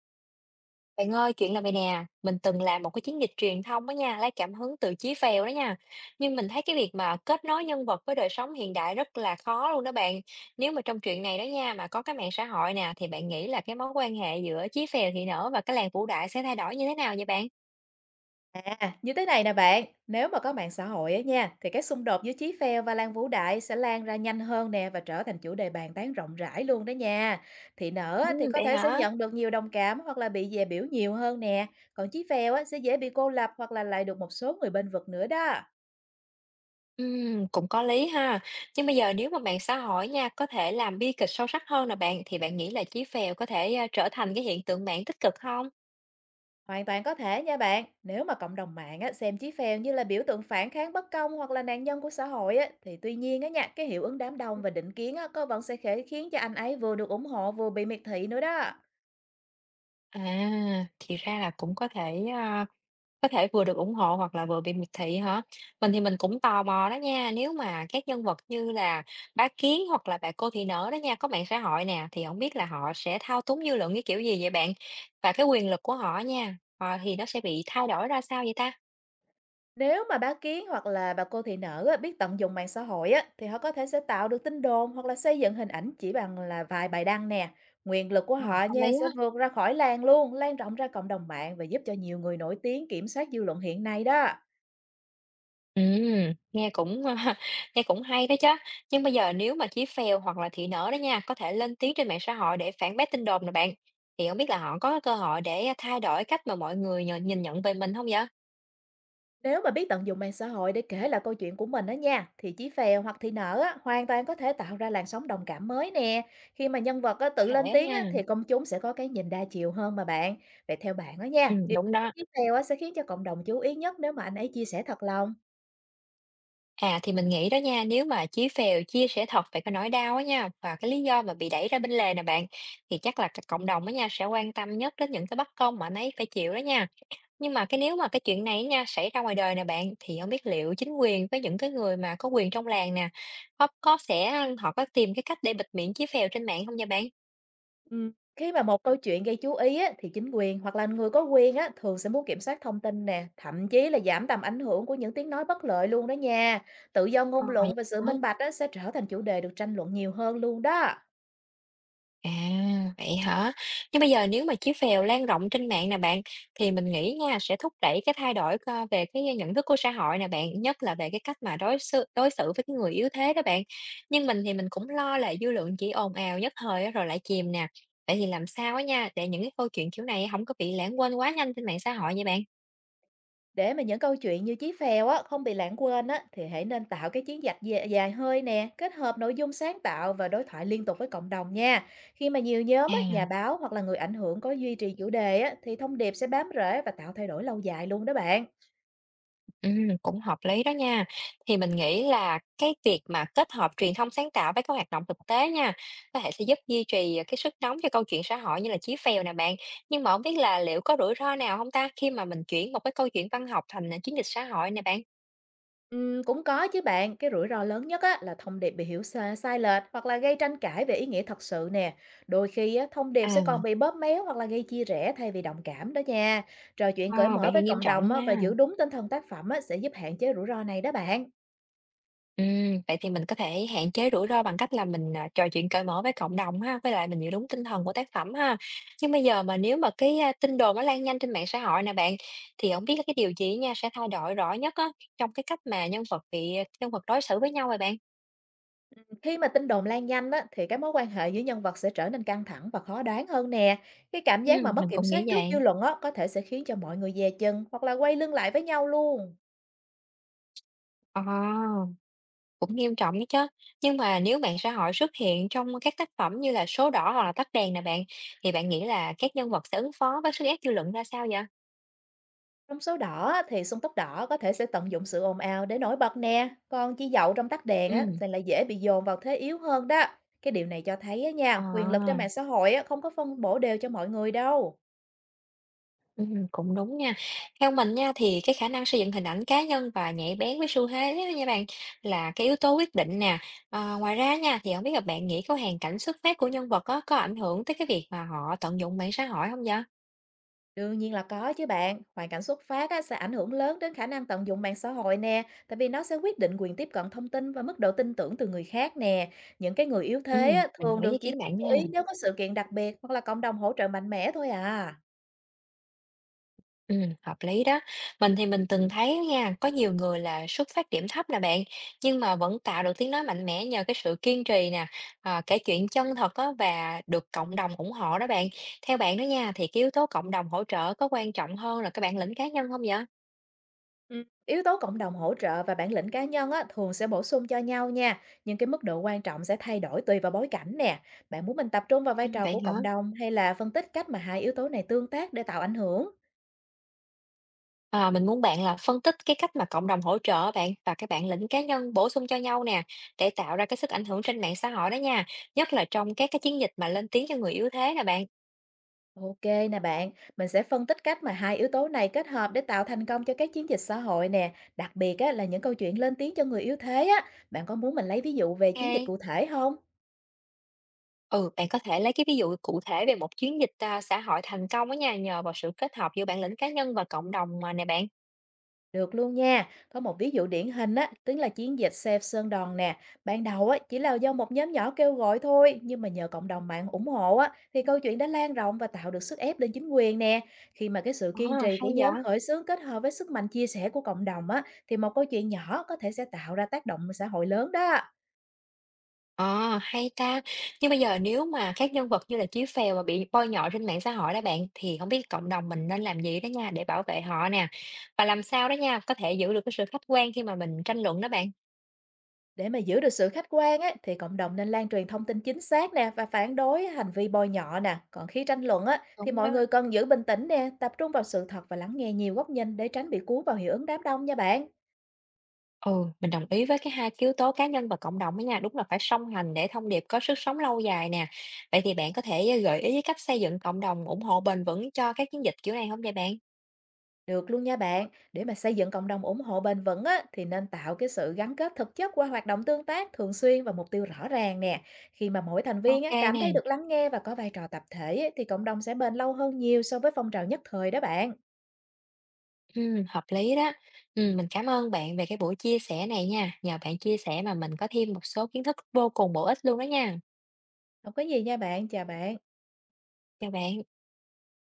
Bạn ơi, chuyện là vậy nè, mình từng làm một cái chiến dịch truyền thông đó nha, lấy cảm hứng từ Chí Phèo đó nha. Nhưng mình thấy cái việc mà kết nối nhân vật với đời sống hiện đại rất là khó luôn đó bạn. Nếu mà trong chuyện này đó nha, mà có cái mạng xã hội nè, thì bạn nghĩ là cái mối quan hệ giữa Chí Phèo thị nở và cái làng Vũ Đại sẽ thay đổi như thế nào vậy bạn? À, như thế này nè bạn, nếu mà có mạng xã hội á nha, thì các xung đột giữa Chí Phèo và Lan Vũ Đại sẽ lan ra nhanh hơn nè và trở thành chủ đề bàn tán rộng rãi luôn đó nha. Thị nở Ừ, á, thì có vậy thể sẽ hả? nhận được nhiều đồng cảm hoặc là bị dè biểu nhiều hơn nè, còn Chí Phèo á, sẽ dễ bị cô lập hoặc là lại được một số người bên vực nữa đó. Ừ, cũng có lý ha. Nhưng bây giờ nếu mà mạng xã hội nha, có thể làm bi kịch sâu sắc hơn là bạn, thì bạn nghĩ là Chí Phèo có thể trở thành cái hiện tượng mạng tích cực không? Hoàn toàn có thể nha bạn, nếu mà cộng đồng mạng á, xem Chí Phèo như là biểu tượng phản kháng bất công hoặc là nạn nhân của xã hội á, thì tuy nhiên á nha, cái hiệu ứng đám đông và định kiến á, có vẫn sẽ khẽ khiến cho anh ấy vừa được ủng hộ vừa bị miệt thị nữa đó. À, thì ra là cũng có thể. Có thể vừa được ủng hộ hoặc là vừa bị miệt thị hả? Mình thì mình cũng tò mò đó nha, nếu mà các nhân vật như là Bá Kiến hoặc là Bà Cô Thị Nở đó nha, có mạng xã hội nè, thì không biết là họ sẽ thao túng dư luận cái kiểu gì vậy bạn? Và cái quyền lực của họ nha, thì nó sẽ bị thay đổi ra sao vậy ta? Nếu mà báo kiến hoặc là bà cô thị nở á, biết tận dụng mạng xã hội á, thì họ có thể sẽ tạo được tin đồn hoặc là xây dựng hình ảnh chỉ bằng là vài bài đăng nè. Quyền lực của Ờ, họ có lý nha á. sẽ vượt ra khỏi làng luôn, lan rộng ra cộng đồng mạng và giúp cho nhiều người nổi tiếng kiểm soát dư luận hiện nay đó. Nghe cũng nghe cũng hay đó chứ. Nhưng bây giờ nếu mà Chí Phèo hoặc là Thị Nở đó nha, có thể lên tiếng trên mạng xã hội để phản bác tin đồn nè bạn, thì không biết là họ có cơ hội để thay đổi cách mà mọi người nhìn nhận về mình không vậy? Nếu mà biết tận dụng mạng xã hội để kể lại câu chuyện của mình đó nha, thì Chí Phèo hoặc Thị Nở á, hoàn toàn có thể tạo ra làn sóng đồng cảm mới nè. Khi mà nhân vật á, Có tự lên thể tiếng á, nha, thì công chúng sẽ có cái nhìn đa chiều hơn mà bạn. Vậy theo bạn đó nha, điều đúng đó. Chí Phèo á, sẽ khiến cho cộng đồng chú ý nhất nếu mà anh ấy chia sẻ thật lòng. À, thì mình nghĩ đó nha, nếu mà Chí Phèo chia sẻ thật về cái nỗi đau á nha, và cái lý do mà bị đẩy ra bên lề nè bạn, thì chắc là cái cộng đồng á nha, sẽ quan tâm nhất đến những cái bất công mà anh ấy phải chịu đó nha. Nhưng mà cái nếu mà cái chuyện này á nha, xảy ra ngoài đời nè bạn, thì không biết liệu chính quyền với những cái người mà có quyền trong làng nè, có sẽ họ có tìm cái cách để bịt miệng Chí Phèo trên mạng không nha bạn? Ừ. Khi mà một câu chuyện gây chú ý á, thì chính quyền hoặc là người có quyền á, thường sẽ muốn kiểm soát thông tin nè, thậm chí là giảm tầm ảnh hưởng của những tiếng nói bất lợi luôn đó nha. Tự do Ờ, ngôn vậy luận và sự hả? minh bạch á, sẽ trở thành chủ đề được tranh luận nhiều hơn luôn đó. À, vậy hả? Nhưng bây giờ nếu mà chí phèo lan rộng trên mạng nè bạn, thì mình nghĩ nha sẽ thúc đẩy cái thay đổi co về cái nhận thức của xã hội nè bạn, nhất là về cái cách mà đối xử với cái người yếu thế đó bạn. Nhưng mình thì mình cũng lo là dư luận chỉ ồn ào nhất thời á, rồi lại chìm nè. Vậy thì làm sao á nha, để những cái câu chuyện kiểu này không có bị lãng quên quá nhanh trên mạng xã hội vậy bạn? Để mà những câu chuyện như Chí Phèo á không bị lãng quên á, thì hãy nên tạo cái chiến dịch dài, dài hơi nè, kết hợp nội dung sáng tạo và đối thoại liên tục với cộng đồng nha. Khi mà nhiều nhóm á, À. nhà báo hoặc là người ảnh hưởng có duy trì chủ đề á, thì thông điệp sẽ bám rễ và tạo thay đổi lâu dài luôn đó bạn. Cũng hợp lý đó nha. Thì mình nghĩ là cái việc mà kết hợp truyền thông sáng tạo với các hoạt động thực tế nha, có thể sẽ giúp duy trì cái sức nóng cho câu chuyện xã hội như là Chí Phèo nè bạn. Nhưng mà không biết là liệu có rủi ro nào không ta khi mà mình chuyển một cái câu chuyện văn học thành chiến dịch xã hội nè bạn? Cũng có chứ bạn, cái rủi ro lớn nhất á, là thông điệp bị hiểu sai, sai lệch hoặc là gây tranh cãi về ý nghĩa thật sự nè. Đôi khi á, thông điệp sẽ còn À. bị bóp méo hoặc là gây chia rẽ thay vì đồng cảm đó nha. Trò chuyện cởi Ờ, mở vậy thì với nghiêm cộng trọng đồng á, và nha. giữ đúng tinh thần tác phẩm á, sẽ giúp hạn chế rủi ro này đó bạn. Vậy thì mình có thể hạn chế rủi ro bằng cách là mình, trò chuyện cởi mở với cộng đồng ha, với lại mình giữ đúng tinh thần của tác phẩm ha. Nhưng bây giờ mà nếu mà tin đồn nó lan nhanh trên mạng xã hội nè bạn, thì không biết là cái điều gì nha sẽ thay đổi rõ nhất á, trong cái cách mà nhân vật đối xử với nhau vậy bạn? Khi mà tin đồn lan nhanh á, thì cái mối quan hệ giữa nhân vật sẽ trở nên căng thẳng và khó đoán hơn nè. Cái cảm giác mà Mình mất kiểm cũng nghĩ soát trước dư vậy. luận á, có thể sẽ khiến cho mọi người dè chừng hoặc là quay lưng lại với nhau luôn. Ờ, cũng nghiêm trọng đấy chứ. Nhưng mà nếu mạng xã hội xuất hiện trong các tác phẩm như là Số Đỏ hoặc là Tắt Đèn nè bạn, thì bạn nghĩ là các nhân vật sẽ ứng phó với sức ép dư luận ra sao vậy? Trong số đỏ á, thì sung tóc đỏ có thể sẽ tận dụng sự ồn ào để nổi bật nè, còn chi dậu trong tắt đèn á Ừm, thì lại dễ bị dồn vào thế yếu hơn đó. Cái điều này cho thấy á nha, quyền lực trên mạng ờ. xã hội á không có phân bổ đều cho mọi người đâu. Cũng đúng nha. Theo mình nha, thì cái khả năng xây dựng hình ảnh cá nhân và nhạy bén với xu thế á nha bạn, là cái yếu tố quyết định nè. Ờ, ngoài ra nha, thì không biết là bạn nghĩ có hoàn cảnh xuất phát của nhân vật á, có ảnh hưởng tới cái việc mà họ tận dụng mạng xã hội không vậy? Đương nhiên là có chứ bạn, hoàn cảnh xuất phát á, sẽ ảnh hưởng lớn đến khả năng tận dụng mạng xã hội nè, tại vì nó sẽ quyết định quyền tiếp cận thông tin và mức độ tin tưởng từ người khác nè. Những cái người yếu thế Ừm, á, mình đồng thường ý với ý được chỉ kiến bạn chú nha. ý nếu có sự kiện đặc biệt hoặc là cộng đồng hỗ trợ mạnh mẽ thôi à. Hợp lý đó. Mình thì mình từng thấy nha, có nhiều người là xuất phát điểm thấp nè bạn, nhưng mà vẫn tạo được tiếng nói mạnh mẽ nhờ cái sự kiên trì nè, kể chuyện chân thật á và được cộng đồng ủng hộ đó bạn. Theo bạn đó nha, thì cái yếu tố cộng đồng hỗ trợ có quan trọng hơn là cái bản lĩnh cá nhân không vậy? Yếu tố cộng đồng hỗ trợ và bản lĩnh cá nhân á, thường sẽ bổ sung cho nhau nha, nhưng cái mức độ quan trọng sẽ thay đổi tùy vào bối cảnh nè. Bạn muốn mình tập trung vào vai Ừ, trò vậy của hả? cộng đồng hay là phân tích cách mà hai yếu tố này tương tác để tạo ảnh hưởng? À, mình muốn bạn là phân tích cái cách mà cộng đồng hỗ trợ bạn và cái bản lĩnh cá nhân bổ sung cho nhau nè để tạo ra cái sức ảnh hưởng trên mạng xã hội đó nha, nhất là trong các cái chiến dịch mà lên tiếng cho người yếu thế nè bạn. Ok nè bạn, mình sẽ phân tích cách mà hai yếu tố này kết hợp để tạo thành công cho các chiến dịch xã hội nè, đặc biệt á, là những câu chuyện lên tiếng cho người yếu thế á. Bạn có muốn mình lấy ví dụ về chiến dịch Ok. cụ thể không? Ừ, bạn có thể lấy cái ví dụ cụ thể về một chiến dịch xã hội thành công á nha, nhờ vào sự kết hợp giữa bản lĩnh cá nhân và cộng đồng mà nè bạn. Được luôn nha. Có một ví dụ điển hình á, tức là chiến dịch Save Sơn Đòn nè. Ban đầu á, chỉ là do một nhóm nhỏ kêu gọi thôi, nhưng mà nhờ cộng đồng mạng ủng hộ á, thì câu chuyện đã lan rộng và tạo được sức ép lên chính quyền nè. Khi mà cái sự Ồ, kiên trì của hay nhóm vậy? khởi xướng kết hợp với sức mạnh chia sẻ của cộng đồng á, thì một câu chuyện nhỏ có thể sẽ tạo ra tác động xã hội lớn đó. À, hay ta. Nhưng bây giờ nếu mà các nhân vật như là Chí Phèo mà bị bôi nhọ trên mạng xã hội đó bạn, thì không biết cộng đồng mình nên làm gì đó nha để bảo vệ họ nè. Và làm sao đó nha, có thể giữ được cái sự khách quan khi mà mình tranh luận đó bạn. Để mà giữ được sự khách quan á, thì cộng đồng nên lan truyền thông tin chính xác nè và phản đối hành vi bôi nhọ nè. Còn khi tranh luận á, thì Đúng mọi đó. người cần giữ bình tĩnh nè, tập trung vào sự thật và lắng nghe nhiều góc nhìn để tránh bị cuốn vào hiệu ứng đám đông nha bạn. Ừ, mình đồng ý với cái hai cái yếu tố cá nhân và cộng đồng đó nha, đúng là phải song hành để thông điệp có sức sống lâu dài nè. Vậy thì bạn có thể gợi ý cái cách xây dựng cộng đồng ủng hộ bền vững cho các chiến dịch kiểu này không vậy bạn? Được luôn nha bạn. Để mà xây dựng cộng đồng ủng hộ bền vững á, thì nên tạo cái sự gắn kết thực chất qua hoạt động tương tác thường xuyên và mục tiêu rõ ràng nè. Khi mà mỗi thành viên Ok á, cảm nè, thấy được lắng nghe và có vai trò tập thể á, thì cộng đồng sẽ bền lâu hơn nhiều so với phong trào nhất thời đó bạn. ừ, hợp lý đó. Ừ, mình cảm ơn bạn về cái buổi chia sẻ này nha. Nhờ bạn chia sẻ mà mình có thêm một số kiến thức vô cùng bổ ích luôn đó nha. Không có gì nha bạn, chào bạn. Chào bạn.